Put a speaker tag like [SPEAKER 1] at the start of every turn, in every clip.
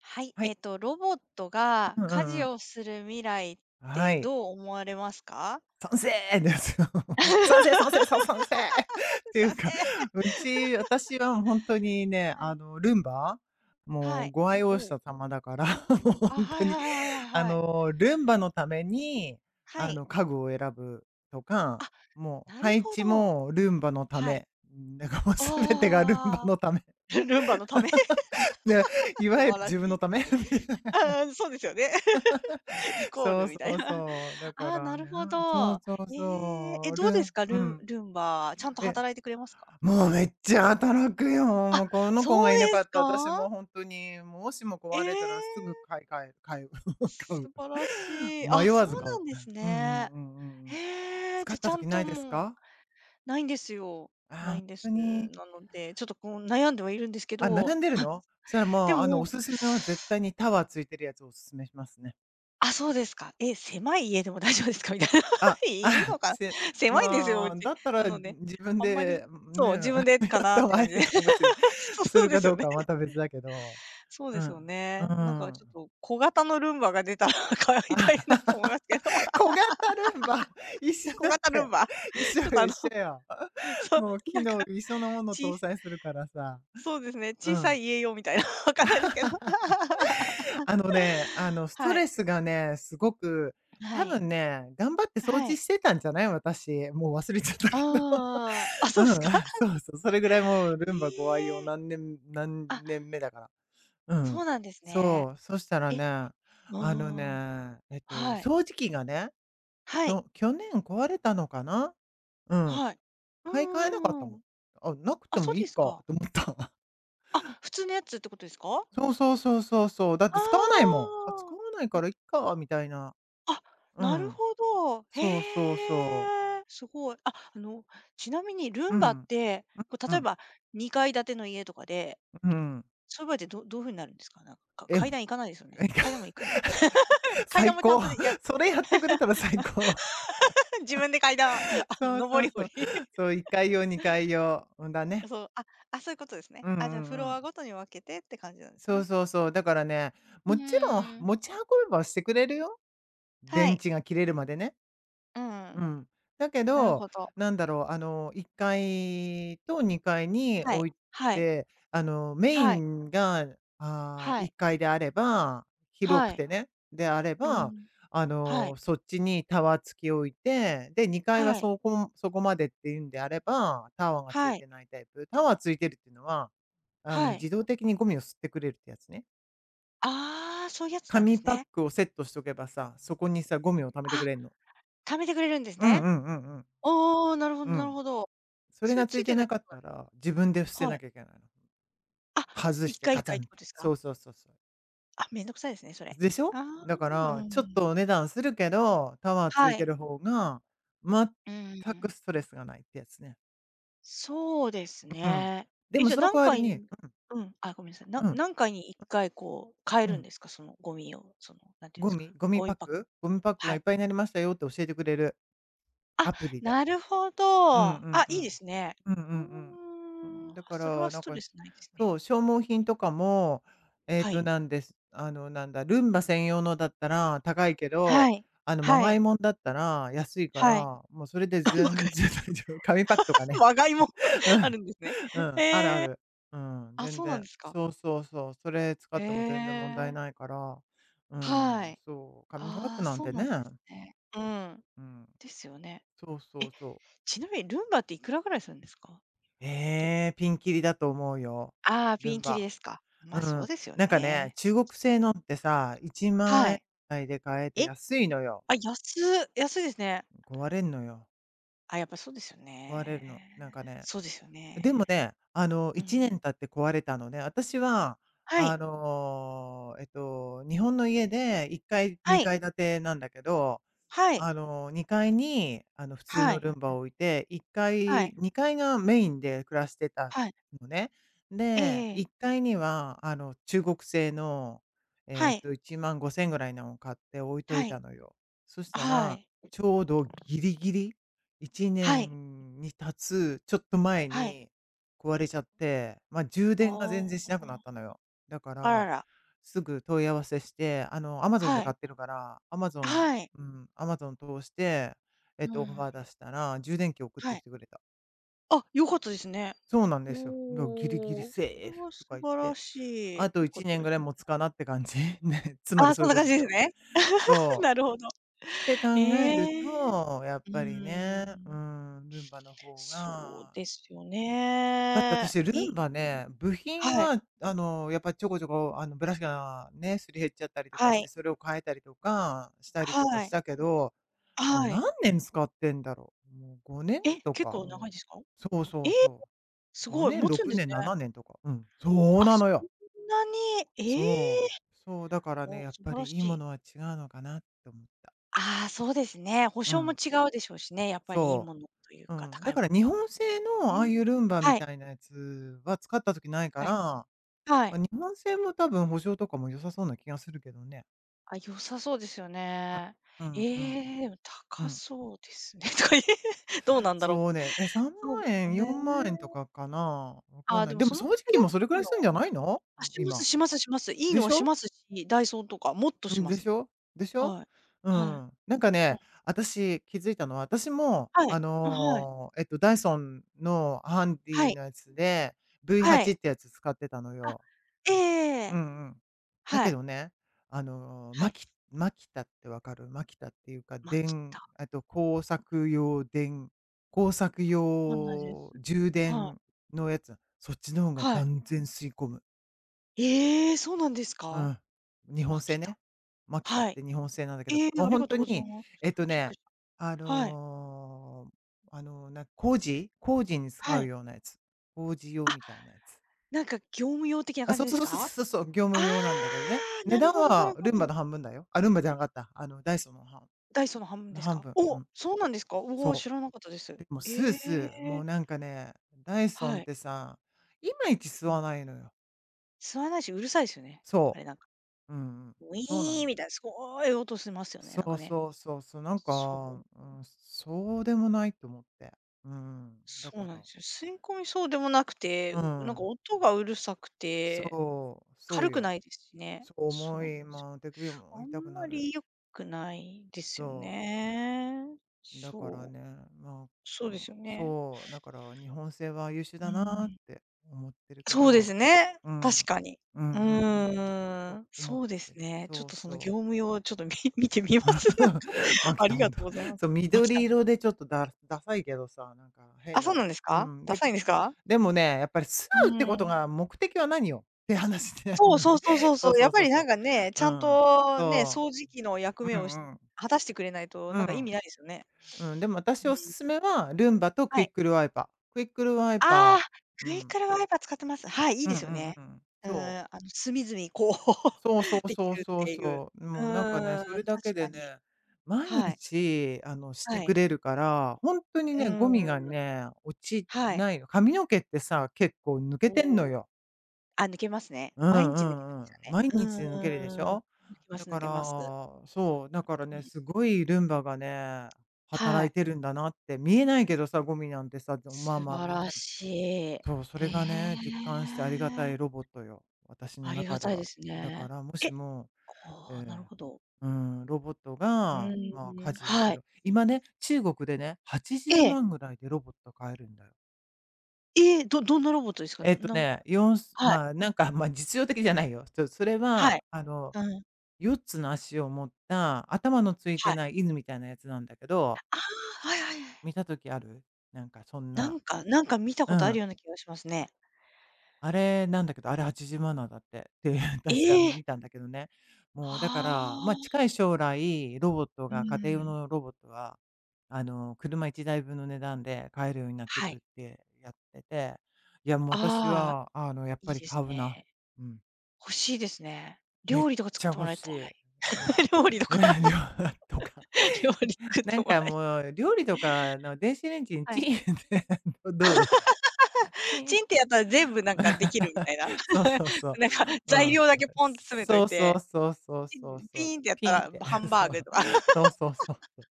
[SPEAKER 1] はい、
[SPEAKER 2] はい。
[SPEAKER 1] ロボットが
[SPEAKER 2] うんう
[SPEAKER 1] 家
[SPEAKER 2] ん
[SPEAKER 1] 事
[SPEAKER 2] うん。
[SPEAKER 1] をする未来っ
[SPEAKER 2] は
[SPEAKER 1] て
[SPEAKER 2] い。
[SPEAKER 1] どう思われますか？
[SPEAKER 2] 賛成ですよ。賛成賛成賛成 ってい
[SPEAKER 1] さ
[SPEAKER 2] うか、
[SPEAKER 1] せ。
[SPEAKER 2] うち、私はもう本当にね、
[SPEAKER 1] はい。
[SPEAKER 2] ルンバ、も
[SPEAKER 1] は
[SPEAKER 2] う
[SPEAKER 1] い。
[SPEAKER 2] ご愛用し
[SPEAKER 1] おお。
[SPEAKER 2] た様だから、もう本
[SPEAKER 1] あ、は
[SPEAKER 2] 当
[SPEAKER 1] いは
[SPEAKER 2] に、
[SPEAKER 1] いはいはいはい。
[SPEAKER 2] ルンバのために、
[SPEAKER 1] はい。
[SPEAKER 2] 家具を選ぶとか、
[SPEAKER 1] あ、
[SPEAKER 2] もう
[SPEAKER 1] なる
[SPEAKER 2] 配
[SPEAKER 1] ほ
[SPEAKER 2] 置
[SPEAKER 1] ど。
[SPEAKER 2] もルンバのた
[SPEAKER 1] はい。
[SPEAKER 2] め、なんかもう 全てがルンバ
[SPEAKER 1] ああ。
[SPEAKER 2] のため。
[SPEAKER 1] ルンバのため
[SPEAKER 2] で、い
[SPEAKER 1] 素
[SPEAKER 2] わゆ
[SPEAKER 1] 晴
[SPEAKER 2] る
[SPEAKER 1] らし
[SPEAKER 2] 自分の
[SPEAKER 1] い。
[SPEAKER 2] ため みたいな。
[SPEAKER 1] あー、そうですよね。イコー
[SPEAKER 2] そう
[SPEAKER 1] ルみ
[SPEAKER 2] そ
[SPEAKER 1] たい
[SPEAKER 2] う
[SPEAKER 1] な。
[SPEAKER 2] そう。だ
[SPEAKER 1] あ
[SPEAKER 2] か
[SPEAKER 1] あ、な
[SPEAKER 2] ら
[SPEAKER 1] る
[SPEAKER 2] ね、
[SPEAKER 1] ほ
[SPEAKER 2] そう
[SPEAKER 1] ど。
[SPEAKER 2] そう
[SPEAKER 1] ええ、え、
[SPEAKER 2] そう。で、
[SPEAKER 1] どうですか？
[SPEAKER 2] う
[SPEAKER 1] ルン
[SPEAKER 2] ん。
[SPEAKER 1] ルンバ、ちゃんと
[SPEAKER 2] え、
[SPEAKER 1] 働いてくれますか？
[SPEAKER 2] もうめっちゃ働くよ。
[SPEAKER 1] あ、
[SPEAKER 2] もうこの
[SPEAKER 1] そ
[SPEAKER 2] 子がいな
[SPEAKER 1] うで
[SPEAKER 2] か
[SPEAKER 1] す
[SPEAKER 2] っ
[SPEAKER 1] か？
[SPEAKER 2] たら私も本当に、もしも
[SPEAKER 1] ええ
[SPEAKER 2] 壊れたらす
[SPEAKER 1] ー。
[SPEAKER 2] ぐ買い替える、買う、買
[SPEAKER 1] 素
[SPEAKER 2] う。
[SPEAKER 1] 晴らしい。あ、
[SPEAKER 2] 迷
[SPEAKER 1] そ
[SPEAKER 2] わず
[SPEAKER 1] う
[SPEAKER 2] 買
[SPEAKER 1] な
[SPEAKER 2] う。
[SPEAKER 1] んです
[SPEAKER 2] うんう
[SPEAKER 1] ね。
[SPEAKER 2] んうんうんうん。
[SPEAKER 1] へえ、
[SPEAKER 2] 使
[SPEAKER 1] じ
[SPEAKER 2] っ
[SPEAKER 1] ゃ、ち
[SPEAKER 2] た
[SPEAKER 1] ゃん
[SPEAKER 2] 時な
[SPEAKER 1] と
[SPEAKER 2] いです
[SPEAKER 1] も
[SPEAKER 2] か？
[SPEAKER 1] う、ないんですよ。
[SPEAKER 2] あー、
[SPEAKER 1] ない
[SPEAKER 2] 本
[SPEAKER 1] んで
[SPEAKER 2] 当
[SPEAKER 1] す。
[SPEAKER 2] に。
[SPEAKER 1] なので、ちょっとこう悩んではいるんですけ
[SPEAKER 2] あ、
[SPEAKER 1] ど、
[SPEAKER 2] 悩んで る
[SPEAKER 1] ま、
[SPEAKER 2] のそしたら
[SPEAKER 1] で
[SPEAKER 2] もう、お
[SPEAKER 1] も、
[SPEAKER 2] すすめは絶対にタワーついてるやつをおすすめしますね。
[SPEAKER 1] あ、そうですか。え、狭い家でも大丈夫ですか？みたいな。
[SPEAKER 2] あ、
[SPEAKER 1] いる
[SPEAKER 2] あ、
[SPEAKER 1] のかな。狭いんですよ、
[SPEAKER 2] ま
[SPEAKER 1] う
[SPEAKER 2] あ、
[SPEAKER 1] ち。
[SPEAKER 2] だった
[SPEAKER 1] な
[SPEAKER 2] ら、
[SPEAKER 1] ので、
[SPEAKER 2] 自分
[SPEAKER 1] あんまり、
[SPEAKER 2] で、ね、
[SPEAKER 1] そ う、自
[SPEAKER 2] や
[SPEAKER 1] 分でか
[SPEAKER 2] っ
[SPEAKER 1] な
[SPEAKER 2] た
[SPEAKER 1] っ
[SPEAKER 2] 方
[SPEAKER 1] て
[SPEAKER 2] がい
[SPEAKER 1] 感じで。
[SPEAKER 2] いかもしれない。
[SPEAKER 1] そう
[SPEAKER 2] す
[SPEAKER 1] そう
[SPEAKER 2] る
[SPEAKER 1] で
[SPEAKER 2] か
[SPEAKER 1] すよ
[SPEAKER 2] どう
[SPEAKER 1] ね。
[SPEAKER 2] かはまた別だけど。
[SPEAKER 1] そうで
[SPEAKER 2] う
[SPEAKER 1] すよ
[SPEAKER 2] ん。う
[SPEAKER 1] ね。なんかちょっ
[SPEAKER 2] ん。
[SPEAKER 1] と小型のルンバが出たら 買
[SPEAKER 2] あ
[SPEAKER 1] いたいなと思いま すけど、
[SPEAKER 2] 小型ルンバ、一緒
[SPEAKER 1] 小
[SPEAKER 2] だっ
[SPEAKER 1] 型ルン
[SPEAKER 2] て。
[SPEAKER 1] バ。
[SPEAKER 2] 一緒
[SPEAKER 1] ちょっと
[SPEAKER 2] よ、一緒よ。
[SPEAKER 1] そう、
[SPEAKER 2] もう
[SPEAKER 1] な
[SPEAKER 2] 機
[SPEAKER 1] んか、
[SPEAKER 2] 能一緒のもの
[SPEAKER 1] ち
[SPEAKER 2] 搭載するからさ。
[SPEAKER 1] そうですね、
[SPEAKER 2] う
[SPEAKER 1] 小さ
[SPEAKER 2] ん。
[SPEAKER 1] い家用みたいな、わかんないですけど。
[SPEAKER 2] スト
[SPEAKER 1] はい。
[SPEAKER 2] レスがね、すごく、
[SPEAKER 1] は
[SPEAKER 2] 多
[SPEAKER 1] い。
[SPEAKER 2] 分ね、頑張って掃
[SPEAKER 1] は
[SPEAKER 2] 除
[SPEAKER 1] い。
[SPEAKER 2] してたんじゃない？私。もう忘れちゃったけど。
[SPEAKER 1] ああ、あ、そ
[SPEAKER 2] う
[SPEAKER 1] うです
[SPEAKER 2] ん、
[SPEAKER 1] か？
[SPEAKER 2] そうそう、それぐらいもう ルンバご愛用、
[SPEAKER 1] ええ。
[SPEAKER 2] 何年
[SPEAKER 1] あ、
[SPEAKER 2] 何年目だから。う
[SPEAKER 1] そ
[SPEAKER 2] ん。
[SPEAKER 1] うなんですね。
[SPEAKER 2] そう、そしたら
[SPEAKER 1] え、う
[SPEAKER 2] ね、
[SPEAKER 1] ー
[SPEAKER 2] あの
[SPEAKER 1] ん、
[SPEAKER 2] ね、えっと、
[SPEAKER 1] はい。
[SPEAKER 2] 掃除機がね、
[SPEAKER 1] はい、
[SPEAKER 2] 去年壊れたのかな。うん。
[SPEAKER 1] はい。う
[SPEAKER 2] 買い替えなかった
[SPEAKER 1] ん
[SPEAKER 2] もん。
[SPEAKER 1] ん、
[SPEAKER 2] あ、なく
[SPEAKER 1] あ、
[SPEAKER 2] て
[SPEAKER 1] そ
[SPEAKER 2] も
[SPEAKER 1] う
[SPEAKER 2] い
[SPEAKER 1] で
[SPEAKER 2] い
[SPEAKER 1] す
[SPEAKER 2] か
[SPEAKER 1] か。
[SPEAKER 2] と思った。
[SPEAKER 1] あ、普通のやつってことですか？
[SPEAKER 2] そうそうそうそうそう。だっ
[SPEAKER 1] あ
[SPEAKER 2] て使わないもん。あ、
[SPEAKER 1] あ
[SPEAKER 2] 使わない
[SPEAKER 1] ー。
[SPEAKER 2] か
[SPEAKER 1] ん、
[SPEAKER 2] らいっか、みたいな。
[SPEAKER 1] あ、
[SPEAKER 2] う
[SPEAKER 1] なる
[SPEAKER 2] ん。
[SPEAKER 1] ほど。
[SPEAKER 2] そうそう
[SPEAKER 1] へ
[SPEAKER 2] そう。
[SPEAKER 1] え、すごい。あ、ちなみにル
[SPEAKER 2] う
[SPEAKER 1] ン
[SPEAKER 2] ん。う
[SPEAKER 1] バっ
[SPEAKER 2] ん、
[SPEAKER 1] て、こう
[SPEAKER 2] う
[SPEAKER 1] 例え
[SPEAKER 2] ん、
[SPEAKER 1] ば2階建ての家とかで、
[SPEAKER 2] うん。
[SPEAKER 1] そういう場合ってどういう風になるんですか？なんか、
[SPEAKER 2] え、
[SPEAKER 1] 階段行かないですよね。
[SPEAKER 2] え、
[SPEAKER 1] 階段
[SPEAKER 2] 最
[SPEAKER 1] もちゃん
[SPEAKER 2] 高。
[SPEAKER 1] と、いや、
[SPEAKER 2] それやってくれたら最高。
[SPEAKER 1] 自分で階段、あ、
[SPEAKER 2] そう
[SPEAKER 1] 上
[SPEAKER 2] そう
[SPEAKER 1] り下
[SPEAKER 2] そ
[SPEAKER 1] り。
[SPEAKER 2] う。そう、1回用2回用、うん、だね。
[SPEAKER 1] そう、あ、あ、そういうことですね。
[SPEAKER 2] うんう
[SPEAKER 1] あ、じゃあフ
[SPEAKER 2] ん
[SPEAKER 1] ロ
[SPEAKER 2] う
[SPEAKER 1] ア
[SPEAKER 2] ん。
[SPEAKER 1] ごとに分けてって感じなんです
[SPEAKER 2] そう
[SPEAKER 1] ね。
[SPEAKER 2] そうそう。だからね、
[SPEAKER 1] う
[SPEAKER 2] もちろん、
[SPEAKER 1] ーん。
[SPEAKER 2] 持ち運べばしてくれるよ。
[SPEAKER 1] は
[SPEAKER 2] 電
[SPEAKER 1] い。
[SPEAKER 2] 池が切れるまでね。
[SPEAKER 1] う
[SPEAKER 2] う
[SPEAKER 1] ん。
[SPEAKER 2] ん。だけ
[SPEAKER 1] なる
[SPEAKER 2] ど、
[SPEAKER 1] ほど。
[SPEAKER 2] なんだろう、1階と2階に
[SPEAKER 1] はい。
[SPEAKER 2] 置い
[SPEAKER 1] はい。
[SPEAKER 2] て、メイ
[SPEAKER 1] はい。
[SPEAKER 2] ンが、ああ、
[SPEAKER 1] はい。
[SPEAKER 2] 1階であれば、広
[SPEAKER 1] は
[SPEAKER 2] く
[SPEAKER 1] い。
[SPEAKER 2] てね、であれ
[SPEAKER 1] う
[SPEAKER 2] ば、
[SPEAKER 1] ん。はい。
[SPEAKER 2] そっちにタワー付き置いて、で、2階は
[SPEAKER 1] はい。
[SPEAKER 2] そこそこまでっていうんであれば、タワーが付
[SPEAKER 1] は
[SPEAKER 2] い
[SPEAKER 1] い。
[SPEAKER 2] てないタイプ。タワー付いてるっていうのは、
[SPEAKER 1] はい。
[SPEAKER 2] 自動的にゴミを吸ってくれるってやつね。
[SPEAKER 1] ああ、そういうやつなんで
[SPEAKER 2] 紙
[SPEAKER 1] す
[SPEAKER 2] パッ
[SPEAKER 1] ね。
[SPEAKER 2] クをセットしとけばさ、そこにさ、ゴミを貯めて
[SPEAKER 1] あ、
[SPEAKER 2] くれんの。
[SPEAKER 1] 貯めてくれるんです
[SPEAKER 2] うんう
[SPEAKER 1] ね。
[SPEAKER 2] んうんうん。
[SPEAKER 1] おお、なるほど
[SPEAKER 2] う
[SPEAKER 1] なる
[SPEAKER 2] ん。
[SPEAKER 1] ほど。
[SPEAKER 2] それ
[SPEAKER 1] それ
[SPEAKER 2] が
[SPEAKER 1] つ
[SPEAKER 2] つ
[SPEAKER 1] い
[SPEAKER 2] い
[SPEAKER 1] て
[SPEAKER 2] て
[SPEAKER 1] ない
[SPEAKER 2] な
[SPEAKER 1] と
[SPEAKER 2] かっ
[SPEAKER 1] ころ、
[SPEAKER 2] たら、自分で捨て
[SPEAKER 1] は
[SPEAKER 2] な
[SPEAKER 1] い。
[SPEAKER 2] きゃいけないの。
[SPEAKER 1] あ、
[SPEAKER 2] 外
[SPEAKER 1] 一
[SPEAKER 2] して
[SPEAKER 1] 回一
[SPEAKER 2] ガチ
[SPEAKER 1] 回
[SPEAKER 2] ャ
[SPEAKER 1] っ
[SPEAKER 2] ン
[SPEAKER 1] て
[SPEAKER 2] っ
[SPEAKER 1] こ
[SPEAKER 2] て。
[SPEAKER 1] とですか？
[SPEAKER 2] そうそうそうそう。
[SPEAKER 1] あ、めんどくさいですね、それ。
[SPEAKER 2] でしょ？
[SPEAKER 1] あ
[SPEAKER 2] だか
[SPEAKER 1] あ、う
[SPEAKER 2] ら、ちょっ
[SPEAKER 1] ん。
[SPEAKER 2] とお値段するけど、タワーつ
[SPEAKER 1] は
[SPEAKER 2] いて
[SPEAKER 1] い。
[SPEAKER 2] る方が、全
[SPEAKER 1] う
[SPEAKER 2] く
[SPEAKER 1] ん。
[SPEAKER 2] ストレスがないってやつね。
[SPEAKER 1] そうです
[SPEAKER 2] うん。
[SPEAKER 1] ね。
[SPEAKER 2] で
[SPEAKER 1] え、
[SPEAKER 2] も
[SPEAKER 1] じゃ、あ
[SPEAKER 2] その
[SPEAKER 1] 何
[SPEAKER 2] 代わり
[SPEAKER 1] 回
[SPEAKER 2] に、
[SPEAKER 1] に、
[SPEAKER 2] うん、
[SPEAKER 1] うん、あ、ごめんなさい。な
[SPEAKER 2] うん、
[SPEAKER 1] 何回に1回こう変え
[SPEAKER 2] う
[SPEAKER 1] るん
[SPEAKER 2] ん、
[SPEAKER 1] ですか？そのゴミを、なんていうんで
[SPEAKER 2] ゴ
[SPEAKER 1] すか、
[SPEAKER 2] ミゴミ
[SPEAKER 1] ゴ
[SPEAKER 2] パ
[SPEAKER 1] ミ
[SPEAKER 2] ッ
[SPEAKER 1] パック。
[SPEAKER 2] クゴミパック
[SPEAKER 1] は
[SPEAKER 2] がいっ
[SPEAKER 1] い。
[SPEAKER 2] ぱいになりましたよって教えてくれる。
[SPEAKER 1] あ、
[SPEAKER 2] アプリで。
[SPEAKER 1] なるほ
[SPEAKER 2] うん
[SPEAKER 1] ど。あ、
[SPEAKER 2] うんう
[SPEAKER 1] いいで
[SPEAKER 2] ん。
[SPEAKER 1] すね。
[SPEAKER 2] うんうんう
[SPEAKER 1] う
[SPEAKER 2] ん。
[SPEAKER 1] ー
[SPEAKER 2] う
[SPEAKER 1] ん、
[SPEAKER 2] ん、だか
[SPEAKER 1] それは
[SPEAKER 2] ら、
[SPEAKER 1] ス
[SPEAKER 2] なん
[SPEAKER 1] ト
[SPEAKER 2] か、
[SPEAKER 1] レスないですね。
[SPEAKER 2] そう、消耗品とかも、えっ
[SPEAKER 1] は
[SPEAKER 2] と、
[SPEAKER 1] い。
[SPEAKER 2] なんです、あの、なんだ、ルンバ専用のだったら高いけ
[SPEAKER 1] は
[SPEAKER 2] ど、
[SPEAKER 1] い。
[SPEAKER 2] ま
[SPEAKER 1] は
[SPEAKER 2] がい
[SPEAKER 1] い。
[SPEAKER 2] もんだったら安いか
[SPEAKER 1] はい。
[SPEAKER 2] ら、もうそれで
[SPEAKER 1] あ、まが
[SPEAKER 2] 全然
[SPEAKER 1] い
[SPEAKER 2] 大丈夫。紙パックとか ね。
[SPEAKER 1] まがいも
[SPEAKER 2] う
[SPEAKER 1] あ
[SPEAKER 2] ん。
[SPEAKER 1] るんですね。
[SPEAKER 2] うん、あるあ
[SPEAKER 1] へえ、
[SPEAKER 2] る。うん、
[SPEAKER 1] あ、
[SPEAKER 2] 全
[SPEAKER 1] そうなん
[SPEAKER 2] 然。
[SPEAKER 1] ですか。
[SPEAKER 2] そうそうそう、それ使
[SPEAKER 1] へ
[SPEAKER 2] っても全然問題
[SPEAKER 1] え。
[SPEAKER 2] ないから、う
[SPEAKER 1] は
[SPEAKER 2] ん、
[SPEAKER 1] い。
[SPEAKER 2] そう、紙パッ
[SPEAKER 1] あ
[SPEAKER 2] ク
[SPEAKER 1] あ、
[SPEAKER 2] なん
[SPEAKER 1] そう
[SPEAKER 2] て
[SPEAKER 1] なん
[SPEAKER 2] ね、
[SPEAKER 1] ですね。うん。
[SPEAKER 2] うん、
[SPEAKER 1] ですよね。
[SPEAKER 2] そうそ
[SPEAKER 1] え、
[SPEAKER 2] うそう。
[SPEAKER 1] ちなみにルンバっていくらぐらいするんですか？今って。
[SPEAKER 2] ええ、ピンキリだと思うよ。
[SPEAKER 1] ああ、
[SPEAKER 2] ル
[SPEAKER 1] ピン
[SPEAKER 2] ン
[SPEAKER 1] キリ
[SPEAKER 2] バ。
[SPEAKER 1] ですか。ま、
[SPEAKER 2] う
[SPEAKER 1] あ、そう
[SPEAKER 2] ん。
[SPEAKER 1] ですよ
[SPEAKER 2] なんかね、
[SPEAKER 1] ね。
[SPEAKER 2] 中国製のってさ、1万
[SPEAKER 1] は
[SPEAKER 2] 円
[SPEAKER 1] い。
[SPEAKER 2] 台で買えて
[SPEAKER 1] え、
[SPEAKER 2] 安いのよ。
[SPEAKER 1] あ、安いですね。
[SPEAKER 2] 壊れんのよ。
[SPEAKER 1] あ、やっぱそうですよ
[SPEAKER 2] 壊れ
[SPEAKER 1] ね。
[SPEAKER 2] るの。なんかね、
[SPEAKER 1] そうですよ
[SPEAKER 2] で
[SPEAKER 1] ね。
[SPEAKER 2] もね、
[SPEAKER 1] うん。
[SPEAKER 2] 1年経って壊れたのね。私は、
[SPEAKER 1] はい、
[SPEAKER 2] 日本の家で1階
[SPEAKER 1] はい、
[SPEAKER 2] 2階建てなんだけど、
[SPEAKER 1] はい、
[SPEAKER 2] 2階に、普通
[SPEAKER 1] は
[SPEAKER 2] の
[SPEAKER 1] い、
[SPEAKER 2] ルンバを置いて、1
[SPEAKER 1] は
[SPEAKER 2] 階
[SPEAKER 1] い、
[SPEAKER 2] 2階がメインで暮らしてた
[SPEAKER 1] はい。
[SPEAKER 2] のね。
[SPEAKER 1] え
[SPEAKER 2] で、
[SPEAKER 1] えええ。
[SPEAKER 2] 1階には、中国製の、
[SPEAKER 1] はい、
[SPEAKER 2] 1 5 0 0ぐらいのを買って置いと
[SPEAKER 1] は
[SPEAKER 2] い
[SPEAKER 1] い、
[SPEAKER 2] たのよ。そした
[SPEAKER 1] は
[SPEAKER 2] ら、
[SPEAKER 1] い、
[SPEAKER 2] ちょうどギリギリ、1
[SPEAKER 1] はい、
[SPEAKER 2] 年に経つちょっと前
[SPEAKER 1] はい。
[SPEAKER 2] に壊れちゃって、ま、あ、充電が全然
[SPEAKER 1] あ
[SPEAKER 2] しなくなったのよ。だか
[SPEAKER 1] あ、あら
[SPEAKER 2] ら
[SPEAKER 1] ら。
[SPEAKER 2] すぐ問い合わせして、アマゾンで
[SPEAKER 1] は
[SPEAKER 2] 買
[SPEAKER 1] い、
[SPEAKER 2] ってるから、アマゾン、
[SPEAKER 1] はい。
[SPEAKER 2] うん、アマゾン通して、
[SPEAKER 1] う
[SPEAKER 2] オフ
[SPEAKER 1] ん、
[SPEAKER 2] ァー出したら、充電器送っ
[SPEAKER 1] は
[SPEAKER 2] て
[SPEAKER 1] い。
[SPEAKER 2] きてくれた。
[SPEAKER 1] あ、良かったですね。
[SPEAKER 2] そうなんですよ。だからギリギリ
[SPEAKER 1] おお。
[SPEAKER 2] セ
[SPEAKER 1] それ
[SPEAKER 2] ーフ
[SPEAKER 1] は
[SPEAKER 2] と
[SPEAKER 1] 素
[SPEAKER 2] か言っ
[SPEAKER 1] 晴ら
[SPEAKER 2] て、
[SPEAKER 1] しい。
[SPEAKER 2] あと
[SPEAKER 1] 良か
[SPEAKER 2] 1
[SPEAKER 1] った
[SPEAKER 2] 年
[SPEAKER 1] で
[SPEAKER 2] ぐらい
[SPEAKER 1] すね。
[SPEAKER 2] 持つかなって感じ。ね、つま
[SPEAKER 1] あ
[SPEAKER 2] り
[SPEAKER 1] あ、
[SPEAKER 2] そ
[SPEAKER 1] そ
[SPEAKER 2] うい
[SPEAKER 1] ん
[SPEAKER 2] う
[SPEAKER 1] な
[SPEAKER 2] こと
[SPEAKER 1] 感
[SPEAKER 2] で
[SPEAKER 1] じで
[SPEAKER 2] す
[SPEAKER 1] す
[SPEAKER 2] よ。
[SPEAKER 1] ね。
[SPEAKER 2] そ
[SPEAKER 1] なるほど。
[SPEAKER 2] う。って考える
[SPEAKER 1] ええ。
[SPEAKER 2] と、やっ
[SPEAKER 1] う
[SPEAKER 2] ぱり
[SPEAKER 1] ー
[SPEAKER 2] ね、う
[SPEAKER 1] ん。
[SPEAKER 2] ん、ルンバの方
[SPEAKER 1] そう
[SPEAKER 2] が。
[SPEAKER 1] ですよ
[SPEAKER 2] だって
[SPEAKER 1] ね。
[SPEAKER 2] 私、ル
[SPEAKER 1] い
[SPEAKER 2] ンバね、部品
[SPEAKER 1] はい。
[SPEAKER 2] は、やっぱちょこちょこ、ブラシがね、すり減っちゃったりとか
[SPEAKER 1] は
[SPEAKER 2] して、
[SPEAKER 1] い。
[SPEAKER 2] それを変えたりとか、したりとか
[SPEAKER 1] は
[SPEAKER 2] し
[SPEAKER 1] い。
[SPEAKER 2] たけど、もう
[SPEAKER 1] は
[SPEAKER 2] 何
[SPEAKER 1] い。
[SPEAKER 2] 年使ってんだろう。もう5
[SPEAKER 1] え、
[SPEAKER 2] 年と
[SPEAKER 1] 結
[SPEAKER 2] か、
[SPEAKER 1] 構
[SPEAKER 2] も
[SPEAKER 1] 長
[SPEAKER 2] う。
[SPEAKER 1] いですか？
[SPEAKER 2] そうそ
[SPEAKER 1] え
[SPEAKER 2] う
[SPEAKER 1] ー、
[SPEAKER 2] そう。
[SPEAKER 1] すごい、
[SPEAKER 2] 5年、
[SPEAKER 1] 持つん
[SPEAKER 2] 6
[SPEAKER 1] です
[SPEAKER 2] 年、
[SPEAKER 1] ね。
[SPEAKER 2] 7年とか。うん。そう
[SPEAKER 1] あ、
[SPEAKER 2] な
[SPEAKER 1] そ
[SPEAKER 2] のよ。
[SPEAKER 1] んなに。え
[SPEAKER 2] そ
[SPEAKER 1] え。
[SPEAKER 2] う。そう。だからね、
[SPEAKER 1] お、
[SPEAKER 2] やっ
[SPEAKER 1] 素
[SPEAKER 2] ぱ
[SPEAKER 1] 晴ら
[SPEAKER 2] りい
[SPEAKER 1] し
[SPEAKER 2] いも
[SPEAKER 1] い。
[SPEAKER 2] のは違うのかなって思った。
[SPEAKER 1] ああ、そうですね。保
[SPEAKER 2] う
[SPEAKER 1] 証も
[SPEAKER 2] ん。
[SPEAKER 1] 違うでしょうしね、やっぱりいい
[SPEAKER 2] そ
[SPEAKER 1] ものという
[SPEAKER 2] う。う
[SPEAKER 1] か、
[SPEAKER 2] ん。
[SPEAKER 1] 高
[SPEAKER 2] だ
[SPEAKER 1] い
[SPEAKER 2] か
[SPEAKER 1] も
[SPEAKER 2] ら
[SPEAKER 1] の
[SPEAKER 2] 日
[SPEAKER 1] は
[SPEAKER 2] 本製のああ
[SPEAKER 1] ね。
[SPEAKER 2] いうルンバみ
[SPEAKER 1] はい。
[SPEAKER 2] たいなやつは使った時ないか
[SPEAKER 1] はい。
[SPEAKER 2] ら、
[SPEAKER 1] は
[SPEAKER 2] あ、
[SPEAKER 1] い。
[SPEAKER 2] 日本製も多分補償とかも良さそうな気がするけどね。
[SPEAKER 1] あ、良さそうですよね。
[SPEAKER 2] う
[SPEAKER 1] え
[SPEAKER 2] ん、うん、
[SPEAKER 1] え、でも
[SPEAKER 2] うん、う
[SPEAKER 1] 高
[SPEAKER 2] ん。
[SPEAKER 1] そうですね、とか言え どうなんだろう。
[SPEAKER 2] そうね、え、3
[SPEAKER 1] そうで
[SPEAKER 2] 万
[SPEAKER 1] す
[SPEAKER 2] 円、
[SPEAKER 1] ね。
[SPEAKER 2] 4万円とかかな、わ
[SPEAKER 1] あ
[SPEAKER 2] かん
[SPEAKER 1] あ、
[SPEAKER 2] な
[SPEAKER 1] で
[SPEAKER 2] い。
[SPEAKER 1] も
[SPEAKER 2] でも
[SPEAKER 1] そのく
[SPEAKER 2] 掃除
[SPEAKER 1] らい
[SPEAKER 2] 機
[SPEAKER 1] だっ
[SPEAKER 2] もそれく
[SPEAKER 1] た
[SPEAKER 2] らい
[SPEAKER 1] ら、
[SPEAKER 2] するんじゃないの？
[SPEAKER 1] あ、します
[SPEAKER 2] 今。
[SPEAKER 1] しますします。いい
[SPEAKER 2] で
[SPEAKER 1] の
[SPEAKER 2] し
[SPEAKER 1] はし
[SPEAKER 2] ょ？
[SPEAKER 1] ますし、ダイソーとか、もっと
[SPEAKER 2] う
[SPEAKER 1] し
[SPEAKER 2] ん、
[SPEAKER 1] ま
[SPEAKER 2] で
[SPEAKER 1] すね。
[SPEAKER 2] しょ？でしょ？
[SPEAKER 1] はい。
[SPEAKER 2] う
[SPEAKER 1] はい。
[SPEAKER 2] ん。なんか
[SPEAKER 1] そう。
[SPEAKER 2] ね、私気づいたのは、私も
[SPEAKER 1] はい。うん、はい。
[SPEAKER 2] ダイソンのハンデ
[SPEAKER 1] は
[SPEAKER 2] ィ
[SPEAKER 1] い。
[SPEAKER 2] のやつで、V8 っ
[SPEAKER 1] はい。
[SPEAKER 2] てやつ使ってたの
[SPEAKER 1] あ、
[SPEAKER 2] よ。
[SPEAKER 1] えええ
[SPEAKER 2] う
[SPEAKER 1] え。
[SPEAKER 2] んうん。だ
[SPEAKER 1] は
[SPEAKER 2] け
[SPEAKER 1] い。
[SPEAKER 2] どね、
[SPEAKER 1] は
[SPEAKER 2] マ
[SPEAKER 1] い。
[SPEAKER 2] キマキタってわかる？マキタっていうか、
[SPEAKER 1] マキタ、
[SPEAKER 2] 電
[SPEAKER 1] わ
[SPEAKER 2] えと、工作用電工作
[SPEAKER 1] かんないです。
[SPEAKER 2] 用充
[SPEAKER 1] はい。
[SPEAKER 2] 電のやつ、そっちの方が
[SPEAKER 1] はい。
[SPEAKER 2] 断然吸い込む。
[SPEAKER 1] ええ、そうなんです
[SPEAKER 2] う
[SPEAKER 1] か？
[SPEAKER 2] ん。日
[SPEAKER 1] マ
[SPEAKER 2] 本
[SPEAKER 1] キ
[SPEAKER 2] 製
[SPEAKER 1] タ。
[SPEAKER 2] ね。マキタっ
[SPEAKER 1] はい。
[SPEAKER 2] て日本製なんだけど、
[SPEAKER 1] ええ、
[SPEAKER 2] もう
[SPEAKER 1] あり
[SPEAKER 2] 本
[SPEAKER 1] がと
[SPEAKER 2] 当
[SPEAKER 1] うございます。
[SPEAKER 2] に、
[SPEAKER 1] ちょっ
[SPEAKER 2] えっ
[SPEAKER 1] と
[SPEAKER 2] と
[SPEAKER 1] チェック
[SPEAKER 2] ね、
[SPEAKER 1] し、
[SPEAKER 2] あ
[SPEAKER 1] はい。
[SPEAKER 2] のーな工事工事に使
[SPEAKER 1] は
[SPEAKER 2] う
[SPEAKER 1] い。
[SPEAKER 2] ようなやつ。工事用
[SPEAKER 1] あ、
[SPEAKER 2] みたいなやつ。
[SPEAKER 1] なんか業務用的な
[SPEAKER 2] あ、
[SPEAKER 1] 感
[SPEAKER 2] そ
[SPEAKER 1] じ
[SPEAKER 2] う
[SPEAKER 1] です
[SPEAKER 2] そうそう
[SPEAKER 1] か？
[SPEAKER 2] そうそう、業
[SPEAKER 1] あ
[SPEAKER 2] 務用なんだけどね。
[SPEAKER 1] あ、
[SPEAKER 2] 値
[SPEAKER 1] なる
[SPEAKER 2] 段
[SPEAKER 1] ほどな
[SPEAKER 2] は
[SPEAKER 1] るほ
[SPEAKER 2] ルンバ
[SPEAKER 1] ど。
[SPEAKER 2] の半分だよ。あ、ルンバじゃなかった。ダイソンの
[SPEAKER 1] ダイソーの半分です
[SPEAKER 2] 半
[SPEAKER 1] か？
[SPEAKER 2] 分。う
[SPEAKER 1] お、
[SPEAKER 2] ん、
[SPEAKER 1] そうなんですか？おお、
[SPEAKER 2] そ
[SPEAKER 1] 知らなかったです。
[SPEAKER 2] う。でもスー
[SPEAKER 1] ええ、
[SPEAKER 2] スー、もうなんかね、ダイソン
[SPEAKER 1] は
[SPEAKER 2] っ
[SPEAKER 1] い。
[SPEAKER 2] てさ、いまいち吸
[SPEAKER 1] うん。
[SPEAKER 2] わないのよ。
[SPEAKER 1] 吸わないし、うるさいですよね。あ
[SPEAKER 2] そ
[SPEAKER 1] れなんか、
[SPEAKER 2] う。うんうん。
[SPEAKER 1] ウ
[SPEAKER 2] そうな
[SPEAKER 1] ィーン
[SPEAKER 2] の。
[SPEAKER 1] みたいなすごい音しますよね、
[SPEAKER 2] そ
[SPEAKER 1] なんか
[SPEAKER 2] う
[SPEAKER 1] ね。
[SPEAKER 2] そうそうそう。なん
[SPEAKER 1] そう、
[SPEAKER 2] か、うん、そうでもないと思って。うん。だ
[SPEAKER 1] そう
[SPEAKER 2] か
[SPEAKER 1] なんで
[SPEAKER 2] ら、
[SPEAKER 1] すよ。吸い込みそうでもなくて、
[SPEAKER 2] う
[SPEAKER 1] なんか
[SPEAKER 2] ん。
[SPEAKER 1] 音がうるさくて、
[SPEAKER 2] そう、そう
[SPEAKER 1] 軽くな
[SPEAKER 2] よ。
[SPEAKER 1] いですしね。
[SPEAKER 2] そう
[SPEAKER 1] そう
[SPEAKER 2] 思
[SPEAKER 1] なんで
[SPEAKER 2] い、
[SPEAKER 1] す
[SPEAKER 2] まあ、
[SPEAKER 1] よ。
[SPEAKER 2] 手首も
[SPEAKER 1] あ
[SPEAKER 2] 痛く
[SPEAKER 1] ん
[SPEAKER 2] な
[SPEAKER 1] ま
[SPEAKER 2] る。
[SPEAKER 1] り良くないですよ
[SPEAKER 2] そう。
[SPEAKER 1] ね。
[SPEAKER 2] だから
[SPEAKER 1] そう。
[SPEAKER 2] ね、まあ、う
[SPEAKER 1] そうで
[SPEAKER 2] ん、
[SPEAKER 1] すよね。
[SPEAKER 2] そう、だから日本製は優秀
[SPEAKER 1] う
[SPEAKER 2] だなっ
[SPEAKER 1] ーん。
[SPEAKER 2] て思ってるけ
[SPEAKER 1] そうで
[SPEAKER 2] ど、
[SPEAKER 1] すね、
[SPEAKER 2] うん。
[SPEAKER 1] 確かに。
[SPEAKER 2] うんうんう
[SPEAKER 1] う
[SPEAKER 2] ん。そ
[SPEAKER 1] ー
[SPEAKER 2] う
[SPEAKER 1] ん、
[SPEAKER 2] 思っ
[SPEAKER 1] そうで
[SPEAKER 2] て
[SPEAKER 1] す
[SPEAKER 2] る。
[SPEAKER 1] ね。ちょっ
[SPEAKER 2] そう
[SPEAKER 1] とその業
[SPEAKER 2] そう。
[SPEAKER 1] 務用、ちょっと見てみます。なんか、
[SPEAKER 2] マキ
[SPEAKER 1] あ
[SPEAKER 2] タ
[SPEAKER 1] り
[SPEAKER 2] ほ
[SPEAKER 1] が
[SPEAKER 2] ん
[SPEAKER 1] と
[SPEAKER 2] と。
[SPEAKER 1] うござい ま
[SPEAKER 2] そ
[SPEAKER 1] す。
[SPEAKER 2] う、
[SPEAKER 1] ま、来た。
[SPEAKER 2] 緑色でちょっとダサいけどさ、なんか変
[SPEAKER 1] あ、そ
[SPEAKER 2] な、
[SPEAKER 1] うなんです
[SPEAKER 2] う
[SPEAKER 1] か？
[SPEAKER 2] ん。
[SPEAKER 1] ダ
[SPEAKER 2] で、
[SPEAKER 1] サいんですか？
[SPEAKER 2] でもね、やっぱりス
[SPEAKER 1] う
[SPEAKER 2] ーって
[SPEAKER 1] ー
[SPEAKER 2] こと
[SPEAKER 1] ん。
[SPEAKER 2] が目的は何よって話になる
[SPEAKER 1] そう
[SPEAKER 2] の
[SPEAKER 1] そう
[SPEAKER 2] ね。
[SPEAKER 1] そうそう そ
[SPEAKER 2] そう
[SPEAKER 1] う、や
[SPEAKER 2] そ
[SPEAKER 1] っ
[SPEAKER 2] う
[SPEAKER 1] ぱ
[SPEAKER 2] そう
[SPEAKER 1] り
[SPEAKER 2] そ
[SPEAKER 1] なんかね、ち
[SPEAKER 2] う。う
[SPEAKER 1] ゃん
[SPEAKER 2] ん。
[SPEAKER 1] とね、
[SPEAKER 2] そ
[SPEAKER 1] 掃除機の役
[SPEAKER 2] う。
[SPEAKER 1] 目
[SPEAKER 2] う
[SPEAKER 1] を
[SPEAKER 2] んうん。
[SPEAKER 1] 果たしてくれないと、
[SPEAKER 2] う
[SPEAKER 1] なんか意味
[SPEAKER 2] ん。
[SPEAKER 1] ないですよね。
[SPEAKER 2] うん、でも
[SPEAKER 1] う
[SPEAKER 2] 私おす
[SPEAKER 1] ん、
[SPEAKER 2] すめは、ルンバと
[SPEAKER 1] は
[SPEAKER 2] クイ
[SPEAKER 1] い。
[SPEAKER 2] ックルワイパー。クイックルワイ
[SPEAKER 1] あ
[SPEAKER 2] パ
[SPEAKER 1] あ、
[SPEAKER 2] ー、う
[SPEAKER 1] クイッ
[SPEAKER 2] ん。
[SPEAKER 1] クルワイパー使ってます。はい、いい
[SPEAKER 2] うん
[SPEAKER 1] で
[SPEAKER 2] う
[SPEAKER 1] すよ
[SPEAKER 2] ん
[SPEAKER 1] ね。
[SPEAKER 2] うん。
[SPEAKER 1] うー
[SPEAKER 2] そう。
[SPEAKER 1] ん、隅々こ
[SPEAKER 2] そうそ
[SPEAKER 1] う
[SPEAKER 2] う
[SPEAKER 1] でき
[SPEAKER 2] そう
[SPEAKER 1] るっ
[SPEAKER 2] そう
[SPEAKER 1] ていう。
[SPEAKER 2] そう。
[SPEAKER 1] う
[SPEAKER 2] もうなんかね、
[SPEAKER 1] ーん、
[SPEAKER 2] それ
[SPEAKER 1] 確
[SPEAKER 2] だけ
[SPEAKER 1] か
[SPEAKER 2] で
[SPEAKER 1] に。
[SPEAKER 2] ね、毎
[SPEAKER 1] はい、
[SPEAKER 2] 日、して
[SPEAKER 1] は
[SPEAKER 2] く
[SPEAKER 1] い。
[SPEAKER 2] れるから、本当に
[SPEAKER 1] う
[SPEAKER 2] ね、ゴミ
[SPEAKER 1] ーん、
[SPEAKER 2] がね、落ち
[SPEAKER 1] はい。
[SPEAKER 2] ないの。髪の毛ってさ、結構抜けてんの
[SPEAKER 1] おー、
[SPEAKER 2] よ。
[SPEAKER 1] あ、抜けますね。
[SPEAKER 2] うん
[SPEAKER 1] 毎
[SPEAKER 2] う
[SPEAKER 1] 日抜けてま
[SPEAKER 2] んう
[SPEAKER 1] し
[SPEAKER 2] ん。
[SPEAKER 1] たね。
[SPEAKER 2] 毎日抜けるでし
[SPEAKER 1] うーん。抜
[SPEAKER 2] ょ。
[SPEAKER 1] けま
[SPEAKER 2] だ
[SPEAKER 1] す抜
[SPEAKER 2] から、
[SPEAKER 1] けます。
[SPEAKER 2] そう、だから
[SPEAKER 1] う
[SPEAKER 2] ね、
[SPEAKER 1] ん。
[SPEAKER 2] すごいルンバがね、
[SPEAKER 1] は
[SPEAKER 2] 働い
[SPEAKER 1] い。
[SPEAKER 2] てるんだなって、見えないけどさ、ゴミなんてさ、まあ
[SPEAKER 1] 素
[SPEAKER 2] まあ
[SPEAKER 1] 晴
[SPEAKER 2] 見
[SPEAKER 1] ら
[SPEAKER 2] ない。
[SPEAKER 1] しい。え
[SPEAKER 2] そう、それがね、実
[SPEAKER 1] え
[SPEAKER 2] 感してありがたい
[SPEAKER 1] ー。
[SPEAKER 2] ロボットよ、私
[SPEAKER 1] あ
[SPEAKER 2] の
[SPEAKER 1] りが
[SPEAKER 2] 中で
[SPEAKER 1] たいで
[SPEAKER 2] は。
[SPEAKER 1] す
[SPEAKER 2] だか
[SPEAKER 1] ね。
[SPEAKER 2] ら、も
[SPEAKER 1] え、
[SPEAKER 2] しも、え
[SPEAKER 1] ああ、なるほど。
[SPEAKER 2] ーうん、ロボット
[SPEAKER 1] う
[SPEAKER 2] が、まあ、
[SPEAKER 1] ー
[SPEAKER 2] 家
[SPEAKER 1] ん、
[SPEAKER 2] 事をす
[SPEAKER 1] はい。
[SPEAKER 2] る。今ね、中国でね、
[SPEAKER 1] え
[SPEAKER 2] 80
[SPEAKER 1] え。
[SPEAKER 2] 万ぐらいでロボット買えるんだよ。
[SPEAKER 1] ええ、どんなロボットですか？ななん
[SPEAKER 2] 4、
[SPEAKER 1] はい、
[SPEAKER 2] まあ、なんか、まあ、実用的じゃないよ。それ
[SPEAKER 1] はい、
[SPEAKER 2] は、
[SPEAKER 1] うん、
[SPEAKER 2] 4つの足を持った頭のつい
[SPEAKER 1] は
[SPEAKER 2] て
[SPEAKER 1] い。
[SPEAKER 2] ない犬みたいなやつなんだけど、
[SPEAKER 1] ああ、はいはいはい。
[SPEAKER 2] 見た時ある？なんかそん
[SPEAKER 1] なん
[SPEAKER 2] な
[SPEAKER 1] かなんか見たこ
[SPEAKER 2] う
[SPEAKER 1] とある
[SPEAKER 2] ん。
[SPEAKER 1] ような気がしますね。
[SPEAKER 2] あれなんだけど、あれ80マなんだって。で、私は
[SPEAKER 1] ええ、
[SPEAKER 2] 見たんだけどね。もうだか
[SPEAKER 1] あ
[SPEAKER 2] ら、
[SPEAKER 1] あ、
[SPEAKER 2] 近い将来、ロボット
[SPEAKER 1] うー
[SPEAKER 2] が家庭用
[SPEAKER 1] ん、
[SPEAKER 2] のロボットは、車1台分の値段で買えるようになってい
[SPEAKER 1] は
[SPEAKER 2] く
[SPEAKER 1] い。
[SPEAKER 2] ってやってて、いやもう私
[SPEAKER 1] ああ、
[SPEAKER 2] は、やっ
[SPEAKER 1] いい
[SPEAKER 2] ぱり
[SPEAKER 1] です
[SPEAKER 2] 買う
[SPEAKER 1] ね。
[SPEAKER 2] な。うん。
[SPEAKER 1] 欲しいですね。
[SPEAKER 2] め
[SPEAKER 1] 料
[SPEAKER 2] っ
[SPEAKER 1] 理とか作
[SPEAKER 2] ち
[SPEAKER 1] っ
[SPEAKER 2] ゃ
[SPEAKER 1] ても
[SPEAKER 2] 欲
[SPEAKER 1] らい
[SPEAKER 2] し
[SPEAKER 1] た
[SPEAKER 2] い。う
[SPEAKER 1] い。
[SPEAKER 2] ん。
[SPEAKER 1] 料理とか、
[SPEAKER 2] 料とか、
[SPEAKER 1] 料理作 って
[SPEAKER 2] なん
[SPEAKER 1] もらい、
[SPEAKER 2] かもう料理とかの電子レンジに
[SPEAKER 1] はい。
[SPEAKER 2] チンって どうでしょう。チン
[SPEAKER 1] チンってやったら全部なんかできるみたいな。
[SPEAKER 2] そうそう そう。
[SPEAKER 1] なんか
[SPEAKER 2] う
[SPEAKER 1] 材
[SPEAKER 2] ん。
[SPEAKER 1] 料だけポンって詰めとい
[SPEAKER 2] そうそ
[SPEAKER 1] て、
[SPEAKER 2] うそうそう
[SPEAKER 1] チン
[SPEAKER 2] そう
[SPEAKER 1] ピ
[SPEAKER 2] そう。
[SPEAKER 1] ーンってやった
[SPEAKER 2] ピンっ
[SPEAKER 1] ら
[SPEAKER 2] て、
[SPEAKER 1] ハ ン
[SPEAKER 2] そ
[SPEAKER 1] バー
[SPEAKER 2] う。
[SPEAKER 1] グとか。
[SPEAKER 2] そうそうそうそう。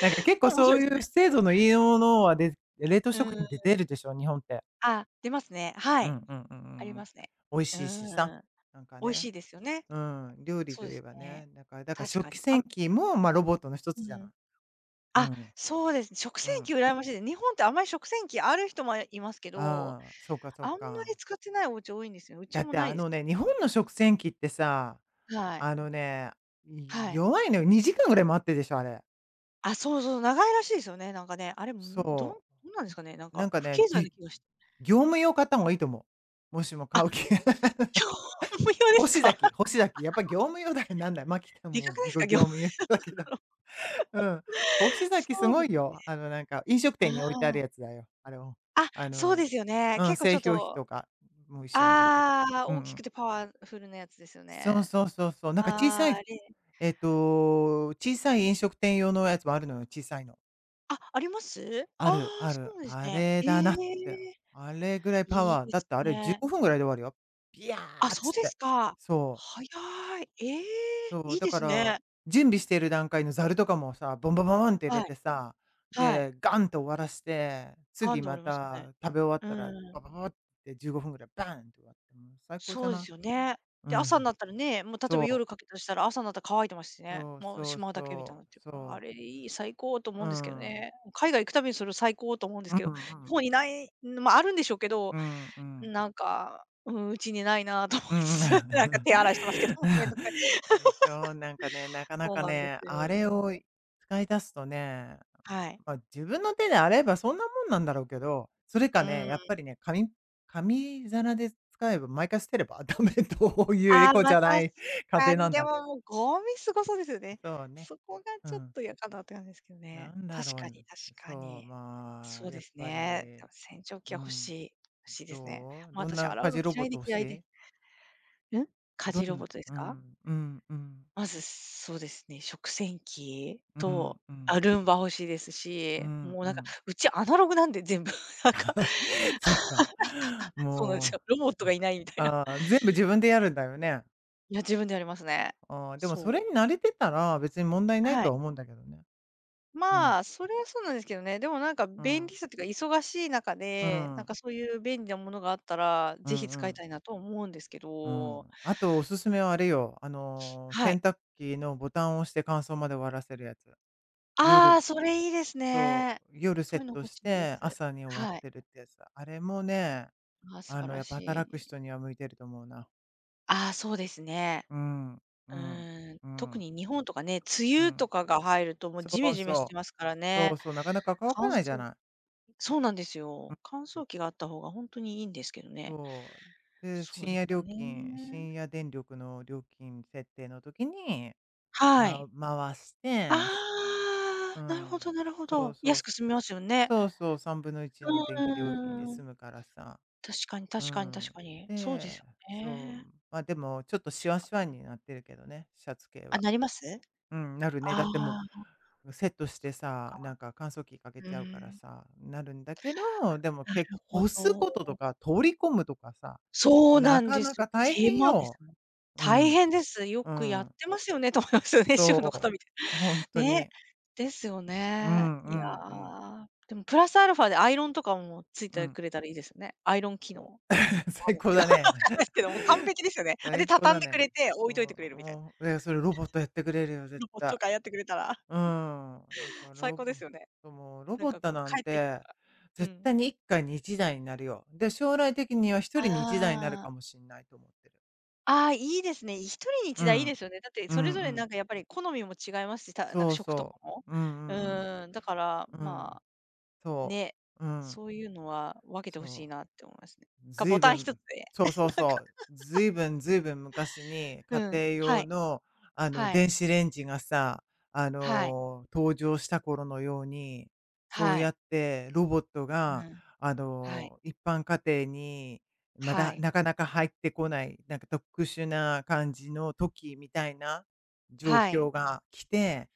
[SPEAKER 2] なんか結構
[SPEAKER 1] 面白
[SPEAKER 2] そ
[SPEAKER 1] い
[SPEAKER 2] う
[SPEAKER 1] です
[SPEAKER 2] いう
[SPEAKER 1] ね。
[SPEAKER 2] 精度のいいものは、で冷凍
[SPEAKER 1] う
[SPEAKER 2] 食
[SPEAKER 1] ん。
[SPEAKER 2] 品って出るでしょ、日本って。
[SPEAKER 1] あ、出ますね。は
[SPEAKER 2] うん
[SPEAKER 1] い、
[SPEAKER 2] うんうんう
[SPEAKER 1] あり
[SPEAKER 2] んう
[SPEAKER 1] ま
[SPEAKER 2] ん。
[SPEAKER 1] すね。
[SPEAKER 2] 美味
[SPEAKER 1] う
[SPEAKER 2] しいしさ、
[SPEAKER 1] ーん。
[SPEAKER 2] なんか
[SPEAKER 1] 美味し
[SPEAKER 2] ね。
[SPEAKER 1] いですよね。
[SPEAKER 2] うん、料理
[SPEAKER 1] そ
[SPEAKER 2] と
[SPEAKER 1] うで
[SPEAKER 2] いえ
[SPEAKER 1] す
[SPEAKER 2] ば
[SPEAKER 1] ね。
[SPEAKER 2] ね、だから
[SPEAKER 1] 確
[SPEAKER 2] 食
[SPEAKER 1] か
[SPEAKER 2] 器
[SPEAKER 1] に。あ、
[SPEAKER 2] 洗機も、まあ、ロボットの一
[SPEAKER 1] う
[SPEAKER 2] つじゃな
[SPEAKER 1] ん。
[SPEAKER 2] い。う
[SPEAKER 1] あ、
[SPEAKER 2] ん、
[SPEAKER 1] そうですね。食
[SPEAKER 2] う
[SPEAKER 1] 洗
[SPEAKER 2] ん。
[SPEAKER 1] 機羨ましいで、す、日本ってあんまり食洗機ある人もいますけど、
[SPEAKER 2] ああ、そうかそ
[SPEAKER 1] あ
[SPEAKER 2] う
[SPEAKER 1] んまり
[SPEAKER 2] か。
[SPEAKER 1] 使ってないお家多いんですよね。うち
[SPEAKER 2] だっ
[SPEAKER 1] も
[SPEAKER 2] て
[SPEAKER 1] ない
[SPEAKER 2] あ
[SPEAKER 1] で
[SPEAKER 2] の
[SPEAKER 1] す。
[SPEAKER 2] ね、日本の食洗機ってさ、
[SPEAKER 1] はい。
[SPEAKER 2] あのね、
[SPEAKER 1] はい。
[SPEAKER 2] 弱いのよ、2時間ぐらい待ってるでしょ、あれ。
[SPEAKER 1] あ、そうそう、長いらしいですよね、なんかね。あれ、ん、どんど
[SPEAKER 2] そ
[SPEAKER 1] うなんですかね、なん
[SPEAKER 2] う。なん
[SPEAKER 1] か
[SPEAKER 2] か
[SPEAKER 1] 不
[SPEAKER 2] ね、
[SPEAKER 1] 経済な気がして。
[SPEAKER 2] 業務用買った方がいいと思う。もしも
[SPEAKER 1] あ、
[SPEAKER 2] 買う気
[SPEAKER 1] 業務用 です
[SPEAKER 2] 星
[SPEAKER 1] か？
[SPEAKER 2] 崎 星崎 やっぱ業務用だよ、なんだよ、まあ、きた
[SPEAKER 1] でか
[SPEAKER 2] も
[SPEAKER 1] くない
[SPEAKER 2] う、
[SPEAKER 1] です
[SPEAKER 2] ご
[SPEAKER 1] か？業
[SPEAKER 2] 業
[SPEAKER 1] 務
[SPEAKER 2] 務用だけど。うん。干し 柿す
[SPEAKER 1] そう
[SPEAKER 2] ご
[SPEAKER 1] で
[SPEAKER 2] い
[SPEAKER 1] す。
[SPEAKER 2] よ。なんか、飲食
[SPEAKER 1] あ
[SPEAKER 2] 店に置いてあるや
[SPEAKER 1] あ。
[SPEAKER 2] つだよ。あれを。
[SPEAKER 1] あ、
[SPEAKER 2] あ
[SPEAKER 1] そう
[SPEAKER 2] の、
[SPEAKER 1] ですよね。
[SPEAKER 2] うん、
[SPEAKER 1] 結構ちょ
[SPEAKER 2] 製
[SPEAKER 1] っ
[SPEAKER 2] 氷費
[SPEAKER 1] と、
[SPEAKER 2] とかも一緒にあるけど。
[SPEAKER 1] ああ、
[SPEAKER 2] うんう
[SPEAKER 1] 大きく
[SPEAKER 2] ん。
[SPEAKER 1] てパワフルなやつですよ
[SPEAKER 2] そう
[SPEAKER 1] ね。
[SPEAKER 2] そうそうそう。なんか小
[SPEAKER 1] あ
[SPEAKER 2] さ
[SPEAKER 1] あ、
[SPEAKER 2] い、
[SPEAKER 1] あれ、
[SPEAKER 2] 小さい飲食店用のやつもあるのよ、小さいの。
[SPEAKER 1] あ、あります？あ
[SPEAKER 2] ある、
[SPEAKER 1] あ、
[SPEAKER 2] あ
[SPEAKER 1] そ
[SPEAKER 2] る。
[SPEAKER 1] うなんです
[SPEAKER 2] あ
[SPEAKER 1] ね。
[SPEAKER 2] れ
[SPEAKER 1] え
[SPEAKER 2] だなって。
[SPEAKER 1] え、
[SPEAKER 2] あれぐらいパ
[SPEAKER 1] いい
[SPEAKER 2] ワ
[SPEAKER 1] で
[SPEAKER 2] ー。だっ
[SPEAKER 1] す
[SPEAKER 2] てあれ15
[SPEAKER 1] ね。
[SPEAKER 2] 分ぐらいで終わるよ。ビヤ
[SPEAKER 1] あ、
[SPEAKER 2] ーっ
[SPEAKER 1] そう
[SPEAKER 2] つっ
[SPEAKER 1] で
[SPEAKER 2] て。
[SPEAKER 1] すか。
[SPEAKER 2] そう。
[SPEAKER 1] 早い。ええ、
[SPEAKER 2] そ
[SPEAKER 1] い
[SPEAKER 2] う、
[SPEAKER 1] い
[SPEAKER 2] だ
[SPEAKER 1] で
[SPEAKER 2] か
[SPEAKER 1] す
[SPEAKER 2] ら、
[SPEAKER 1] ね。
[SPEAKER 2] 準備している段階のざるとかもさ、ボンボンボンボンって入れ
[SPEAKER 1] はい、
[SPEAKER 2] てさ、
[SPEAKER 1] はい。
[SPEAKER 2] で、ガンと終わらして、
[SPEAKER 1] ガン
[SPEAKER 2] 次
[SPEAKER 1] で終わ
[SPEAKER 2] ま
[SPEAKER 1] りましたね。
[SPEAKER 2] た食べ終わっ
[SPEAKER 1] う
[SPEAKER 2] たら、
[SPEAKER 1] ん、
[SPEAKER 2] ババババって15分ぐらいバーンって終わって、もう最高じ
[SPEAKER 1] そ
[SPEAKER 2] ゃ
[SPEAKER 1] うで
[SPEAKER 2] ない
[SPEAKER 1] すよね。
[SPEAKER 2] う
[SPEAKER 1] で、
[SPEAKER 2] ん、
[SPEAKER 1] 朝になったらね、もう例えば
[SPEAKER 2] そう。
[SPEAKER 1] 夜かけたとしたら、朝になったら乾いてますしね。
[SPEAKER 2] そう
[SPEAKER 1] もう
[SPEAKER 2] そ
[SPEAKER 1] し
[SPEAKER 2] う
[SPEAKER 1] まうだけみたいに
[SPEAKER 2] そ
[SPEAKER 1] なっ
[SPEAKER 2] う
[SPEAKER 1] てるから、あ
[SPEAKER 2] そ
[SPEAKER 1] れいい、最高と思
[SPEAKER 2] う。
[SPEAKER 1] う
[SPEAKER 2] う
[SPEAKER 1] んですけど
[SPEAKER 2] ん。
[SPEAKER 1] ね。海外行くたびにそれを最高と思うんですけ
[SPEAKER 2] う
[SPEAKER 1] ど、
[SPEAKER 2] んう
[SPEAKER 1] 日
[SPEAKER 2] ん。
[SPEAKER 1] 本にない、まあ、あるんでしょうけど、
[SPEAKER 2] うんうん。
[SPEAKER 1] なんか、うん、うちにないなと思
[SPEAKER 2] う
[SPEAKER 1] いつつ、なんか
[SPEAKER 2] ん。
[SPEAKER 1] 手洗いしてますけど、めんどくさい。
[SPEAKER 2] でしょう。なんかね、なかな
[SPEAKER 1] そう
[SPEAKER 2] か
[SPEAKER 1] なんで
[SPEAKER 2] ね、
[SPEAKER 1] す
[SPEAKER 2] あ
[SPEAKER 1] よ。
[SPEAKER 2] れを使い出すとね、
[SPEAKER 1] はい。
[SPEAKER 2] まあ、自分の手であればそんなもんなんだろうけど、それか
[SPEAKER 1] う
[SPEAKER 2] ね、やっ
[SPEAKER 1] ん。
[SPEAKER 2] ぱりね、紙皿で使えば毎回捨てれば ダメというエ
[SPEAKER 1] ああ、
[SPEAKER 2] コじ
[SPEAKER 1] ま、
[SPEAKER 2] ゃな
[SPEAKER 1] 確
[SPEAKER 2] い家
[SPEAKER 1] か
[SPEAKER 2] 庭
[SPEAKER 1] に、
[SPEAKER 2] なん
[SPEAKER 1] で
[SPEAKER 2] だ。
[SPEAKER 1] も、もうゴミすごそうですよね。
[SPEAKER 2] そうね。
[SPEAKER 1] そこが
[SPEAKER 2] う
[SPEAKER 1] ちょっ
[SPEAKER 2] ん。
[SPEAKER 1] と嫌かなって感じですけどね。
[SPEAKER 2] なんだ
[SPEAKER 1] 確
[SPEAKER 2] ろ
[SPEAKER 1] か
[SPEAKER 2] う。
[SPEAKER 1] に確か
[SPEAKER 2] そう、
[SPEAKER 1] に。
[SPEAKER 2] まあ、
[SPEAKER 1] そう
[SPEAKER 2] や
[SPEAKER 1] で
[SPEAKER 2] っ
[SPEAKER 1] す
[SPEAKER 2] ぱ
[SPEAKER 1] ね。
[SPEAKER 2] り、
[SPEAKER 1] 多分洗浄機
[SPEAKER 2] う
[SPEAKER 1] は欲し
[SPEAKER 2] ん。
[SPEAKER 1] い欲しいですね。もう
[SPEAKER 2] どん
[SPEAKER 1] 私
[SPEAKER 2] な
[SPEAKER 1] 洗う
[SPEAKER 2] 家
[SPEAKER 1] の
[SPEAKER 2] 事ロボ
[SPEAKER 1] 嫌
[SPEAKER 2] ッ
[SPEAKER 1] いで
[SPEAKER 2] ト欲
[SPEAKER 1] 嫌
[SPEAKER 2] し
[SPEAKER 1] いで。
[SPEAKER 2] い
[SPEAKER 1] うん？家
[SPEAKER 2] ど
[SPEAKER 1] 事ロ
[SPEAKER 2] ん
[SPEAKER 1] ボ
[SPEAKER 2] な
[SPEAKER 1] ットです
[SPEAKER 2] う
[SPEAKER 1] か？
[SPEAKER 2] ん、うん、うん、
[SPEAKER 1] まず、そうですね、食洗機
[SPEAKER 2] う
[SPEAKER 1] と、
[SPEAKER 2] ん、う
[SPEAKER 1] あ、
[SPEAKER 2] ん。
[SPEAKER 1] ルンバ欲しいです
[SPEAKER 2] う
[SPEAKER 1] し、
[SPEAKER 2] ん
[SPEAKER 1] もう
[SPEAKER 2] う
[SPEAKER 1] なんか、
[SPEAKER 2] ん。
[SPEAKER 1] うちアナログなんで全部、なんか
[SPEAKER 2] そっ か。
[SPEAKER 1] そうなんです
[SPEAKER 2] も
[SPEAKER 1] よ。ロボッ
[SPEAKER 2] う、
[SPEAKER 1] トがいないみたいな。
[SPEAKER 2] あー全部自分でやるんだよね。
[SPEAKER 1] いや、自分でやりますね。
[SPEAKER 2] あーでもそ
[SPEAKER 1] そ
[SPEAKER 2] れ
[SPEAKER 1] う。
[SPEAKER 2] に慣れてたら、別に問題ない
[SPEAKER 1] は
[SPEAKER 2] と
[SPEAKER 1] い。
[SPEAKER 2] は思うんだけどね。う
[SPEAKER 1] ま
[SPEAKER 2] ん。
[SPEAKER 1] あ、それはそうなんですけどね、でもなんか
[SPEAKER 2] う
[SPEAKER 1] 便
[SPEAKER 2] ん。
[SPEAKER 1] 利さっていうか、忙しい中
[SPEAKER 2] う
[SPEAKER 1] で、なん
[SPEAKER 2] ん。
[SPEAKER 1] かそういう便利なものがあったら、
[SPEAKER 2] う
[SPEAKER 1] ぜひ
[SPEAKER 2] ん
[SPEAKER 1] 使
[SPEAKER 2] う
[SPEAKER 1] いた
[SPEAKER 2] ん。
[SPEAKER 1] いなと思うんですけ
[SPEAKER 2] うんうんう
[SPEAKER 1] ど。
[SPEAKER 2] んあとおすすめはあれよ、
[SPEAKER 1] は
[SPEAKER 2] 洗
[SPEAKER 1] い。
[SPEAKER 2] 濯機のボタンを押して乾燥まで終わらせるやつ。
[SPEAKER 1] あ
[SPEAKER 2] 夜。
[SPEAKER 1] あ、それいいです
[SPEAKER 2] そ
[SPEAKER 1] ね。
[SPEAKER 2] う、夜
[SPEAKER 1] そ
[SPEAKER 2] セ
[SPEAKER 1] うい
[SPEAKER 2] ッ
[SPEAKER 1] うの
[SPEAKER 2] ト
[SPEAKER 1] 欲
[SPEAKER 2] し
[SPEAKER 1] しいです。
[SPEAKER 2] て朝に終わっ
[SPEAKER 1] はい。
[SPEAKER 2] てるってやつ。あれもね、
[SPEAKER 1] ああ、素晴ら
[SPEAKER 2] やっぱ
[SPEAKER 1] し
[SPEAKER 2] 働く
[SPEAKER 1] い。
[SPEAKER 2] 人には向いてると思うな。
[SPEAKER 1] ああ、そうですね。
[SPEAKER 2] うん。う
[SPEAKER 1] う
[SPEAKER 2] ん。
[SPEAKER 1] ーん、
[SPEAKER 2] う
[SPEAKER 1] 特
[SPEAKER 2] ん。
[SPEAKER 1] に日本とかね、梅
[SPEAKER 2] う
[SPEAKER 1] 雨と
[SPEAKER 2] ん。
[SPEAKER 1] かが入ると、もう
[SPEAKER 2] そ
[SPEAKER 1] ジメ
[SPEAKER 2] う
[SPEAKER 1] ジメして
[SPEAKER 2] そう。
[SPEAKER 1] ますから
[SPEAKER 2] そ
[SPEAKER 1] ね。
[SPEAKER 2] うそう、なかなか乾
[SPEAKER 1] 乾
[SPEAKER 2] かないじゃ
[SPEAKER 1] 燥
[SPEAKER 2] ない。
[SPEAKER 1] そうなんです
[SPEAKER 2] う
[SPEAKER 1] よ。
[SPEAKER 2] ん。
[SPEAKER 1] 乾燥機があった方がほんとにいいんですけどね。
[SPEAKER 2] そう。で、
[SPEAKER 1] そうですよね。
[SPEAKER 2] 深夜電力の料金設定の時に、
[SPEAKER 1] はい。
[SPEAKER 2] 回して、
[SPEAKER 1] あ
[SPEAKER 2] う
[SPEAKER 1] あ、なるほ
[SPEAKER 2] ん。
[SPEAKER 1] どなるほ
[SPEAKER 2] そう
[SPEAKER 1] ど。
[SPEAKER 2] そう、
[SPEAKER 1] 安く済みますよね。
[SPEAKER 2] そうそう、
[SPEAKER 1] う
[SPEAKER 2] 1/3のいちの電気料金で
[SPEAKER 1] ーん。
[SPEAKER 2] 済むからさ。
[SPEAKER 1] 確かに
[SPEAKER 2] う
[SPEAKER 1] 確かに確
[SPEAKER 2] ん。
[SPEAKER 1] かに。そうです
[SPEAKER 2] で、
[SPEAKER 1] よ
[SPEAKER 2] そ
[SPEAKER 1] ね。
[SPEAKER 2] う、でもちょっとシ
[SPEAKER 1] 確
[SPEAKER 2] ワ
[SPEAKER 1] か
[SPEAKER 2] シワ
[SPEAKER 1] に。
[SPEAKER 2] になってるけどね、シャツ系
[SPEAKER 1] あ、
[SPEAKER 2] は。
[SPEAKER 1] なります？
[SPEAKER 2] うん、なるね。
[SPEAKER 1] あ
[SPEAKER 2] だっても
[SPEAKER 1] あ、そっ
[SPEAKER 2] う、セットしてさ、なん
[SPEAKER 1] か。
[SPEAKER 2] か乾燥機か
[SPEAKER 1] う
[SPEAKER 2] け
[SPEAKER 1] ー
[SPEAKER 2] ちゃうから
[SPEAKER 1] ん、
[SPEAKER 2] さ、なるんだけど、でも
[SPEAKER 1] なる
[SPEAKER 2] 結構
[SPEAKER 1] ほ
[SPEAKER 2] 干す
[SPEAKER 1] ど。
[SPEAKER 2] こととか、取り込むとかさ、
[SPEAKER 1] そうな
[SPEAKER 2] な
[SPEAKER 1] ん
[SPEAKER 2] か
[SPEAKER 1] で
[SPEAKER 2] な
[SPEAKER 1] す。
[SPEAKER 2] か大
[SPEAKER 1] 手
[SPEAKER 2] 変
[SPEAKER 1] 間です
[SPEAKER 2] よ。
[SPEAKER 1] もん。
[SPEAKER 2] う
[SPEAKER 1] 大
[SPEAKER 2] ん、
[SPEAKER 1] 変です。よ
[SPEAKER 2] う
[SPEAKER 1] くやっ
[SPEAKER 2] ん、
[SPEAKER 1] てますよねと思いますよね、主婦の方
[SPEAKER 2] そ
[SPEAKER 1] 見て。
[SPEAKER 2] う、本当
[SPEAKER 1] ね。
[SPEAKER 2] に。
[SPEAKER 1] ですよ
[SPEAKER 2] う
[SPEAKER 1] ね。
[SPEAKER 2] んう
[SPEAKER 1] いや、
[SPEAKER 2] んうん、
[SPEAKER 1] でもプラスアルファでアイロンとかもつい
[SPEAKER 2] う
[SPEAKER 1] て
[SPEAKER 2] ん。
[SPEAKER 1] くれたらいいですね。アイロン機能。な
[SPEAKER 2] お
[SPEAKER 1] ん
[SPEAKER 2] 最
[SPEAKER 1] ないです
[SPEAKER 2] 高
[SPEAKER 1] けど
[SPEAKER 2] だ
[SPEAKER 1] わ
[SPEAKER 2] ね。
[SPEAKER 1] かんないですけど、もう完璧ですよね。あ、で、
[SPEAKER 2] 最高
[SPEAKER 1] 畳
[SPEAKER 2] だ
[SPEAKER 1] んでく
[SPEAKER 2] ね。
[SPEAKER 1] れて、置いとい
[SPEAKER 2] も
[SPEAKER 1] てくれる
[SPEAKER 2] う
[SPEAKER 1] みたい
[SPEAKER 2] も
[SPEAKER 1] な。
[SPEAKER 2] う、でそれロボットやってくれるよ、絶
[SPEAKER 1] ロボット
[SPEAKER 2] 対。
[SPEAKER 1] がやってくれたら、
[SPEAKER 2] うん、だか ら
[SPEAKER 1] 最高ですよね。
[SPEAKER 2] ロ
[SPEAKER 1] なん
[SPEAKER 2] ボッ
[SPEAKER 1] か
[SPEAKER 2] ト
[SPEAKER 1] こう
[SPEAKER 2] なん
[SPEAKER 1] 帰ってきた
[SPEAKER 2] て、
[SPEAKER 1] らう
[SPEAKER 2] 絶対
[SPEAKER 1] ん。
[SPEAKER 2] に1家に1台になるよ。で、将来的には1人に1台になる
[SPEAKER 1] あ
[SPEAKER 2] か
[SPEAKER 1] あ、
[SPEAKER 2] もしれないと思ってる。
[SPEAKER 1] ああ、いいですね。一人に
[SPEAKER 2] う
[SPEAKER 1] 一台いい
[SPEAKER 2] ん。
[SPEAKER 1] ですよね。だって
[SPEAKER 2] う
[SPEAKER 1] そ
[SPEAKER 2] ん
[SPEAKER 1] れ
[SPEAKER 2] う
[SPEAKER 1] ぞれなん
[SPEAKER 2] ん。
[SPEAKER 1] かやっぱり好みも違いますし、たなんか
[SPEAKER 2] そう
[SPEAKER 1] 食と
[SPEAKER 2] そ
[SPEAKER 1] かも。
[SPEAKER 2] う。う
[SPEAKER 1] う
[SPEAKER 2] んうん
[SPEAKER 1] ーん、だから、
[SPEAKER 2] うん。う
[SPEAKER 1] ま
[SPEAKER 2] ん、
[SPEAKER 1] あ、
[SPEAKER 2] そ
[SPEAKER 1] ね、
[SPEAKER 2] う。うん、
[SPEAKER 1] そういうのは分けてほ
[SPEAKER 2] そ
[SPEAKER 1] しいなっ
[SPEAKER 2] う。
[SPEAKER 1] て思いますね。か、
[SPEAKER 2] ずい
[SPEAKER 1] ボ
[SPEAKER 2] ぶ
[SPEAKER 1] タン一つ
[SPEAKER 2] ん
[SPEAKER 1] で
[SPEAKER 2] そうそうそう。ずいぶんずいぶん昔に
[SPEAKER 1] う
[SPEAKER 2] 家
[SPEAKER 1] ん、
[SPEAKER 2] 庭
[SPEAKER 1] は
[SPEAKER 2] 用
[SPEAKER 1] い、
[SPEAKER 2] の、
[SPEAKER 1] はい、
[SPEAKER 2] 電子レンジがさ、
[SPEAKER 1] はい、
[SPEAKER 2] 登場した頃のように、そう
[SPEAKER 1] は
[SPEAKER 2] や
[SPEAKER 1] い、
[SPEAKER 2] ってロボット
[SPEAKER 1] う
[SPEAKER 2] が、
[SPEAKER 1] ん、はい、
[SPEAKER 2] 一般家庭に、ま
[SPEAKER 1] は
[SPEAKER 2] だ、
[SPEAKER 1] い、
[SPEAKER 2] なかなか入ってこない、なんか特殊な感じの時みたいな状
[SPEAKER 1] はい、
[SPEAKER 2] 況が来て、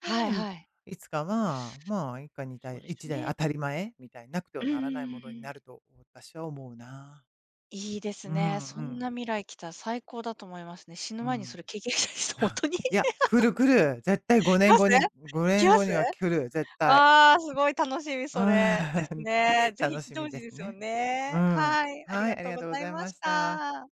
[SPEAKER 1] はい
[SPEAKER 2] で
[SPEAKER 1] はい。
[SPEAKER 2] いつかは、まあ、一家に
[SPEAKER 1] そうです
[SPEAKER 2] 台当
[SPEAKER 1] ね。
[SPEAKER 2] たり前みたいになくて
[SPEAKER 1] う
[SPEAKER 2] は
[SPEAKER 1] んう
[SPEAKER 2] な
[SPEAKER 1] んう
[SPEAKER 2] らないも
[SPEAKER 1] んう
[SPEAKER 2] のに
[SPEAKER 1] ん。
[SPEAKER 2] なると私は思うな。
[SPEAKER 1] いいです
[SPEAKER 2] う
[SPEAKER 1] ね。
[SPEAKER 2] ん
[SPEAKER 1] そ
[SPEAKER 2] う
[SPEAKER 1] ん
[SPEAKER 2] ん、
[SPEAKER 1] な未来来たら最高だと思いますね。死ぬ
[SPEAKER 2] う
[SPEAKER 1] 前にそ
[SPEAKER 2] ん。
[SPEAKER 1] れ経験したいです。ほんとに？来
[SPEAKER 2] いや、来る来る。絶対
[SPEAKER 1] ます？
[SPEAKER 2] 5
[SPEAKER 1] 来
[SPEAKER 2] 年
[SPEAKER 1] ま
[SPEAKER 2] 後
[SPEAKER 1] す？
[SPEAKER 2] には来る、絶対。
[SPEAKER 1] わあ、すごい楽しみ
[SPEAKER 2] う
[SPEAKER 1] それ。です
[SPEAKER 2] ん。
[SPEAKER 1] ね。ぜひ
[SPEAKER 2] 楽
[SPEAKER 1] 来
[SPEAKER 2] し
[SPEAKER 1] て
[SPEAKER 2] み
[SPEAKER 1] 欲し
[SPEAKER 2] で
[SPEAKER 1] い
[SPEAKER 2] す
[SPEAKER 1] ですよ
[SPEAKER 2] ね。う
[SPEAKER 1] ね。
[SPEAKER 2] ん。
[SPEAKER 1] はい、あり
[SPEAKER 2] はい、
[SPEAKER 1] が
[SPEAKER 2] あり
[SPEAKER 1] とう
[SPEAKER 2] が
[SPEAKER 1] ご
[SPEAKER 2] とうご
[SPEAKER 1] ざい
[SPEAKER 2] ざい
[SPEAKER 1] ま
[SPEAKER 2] ま
[SPEAKER 1] し
[SPEAKER 2] した。
[SPEAKER 1] た。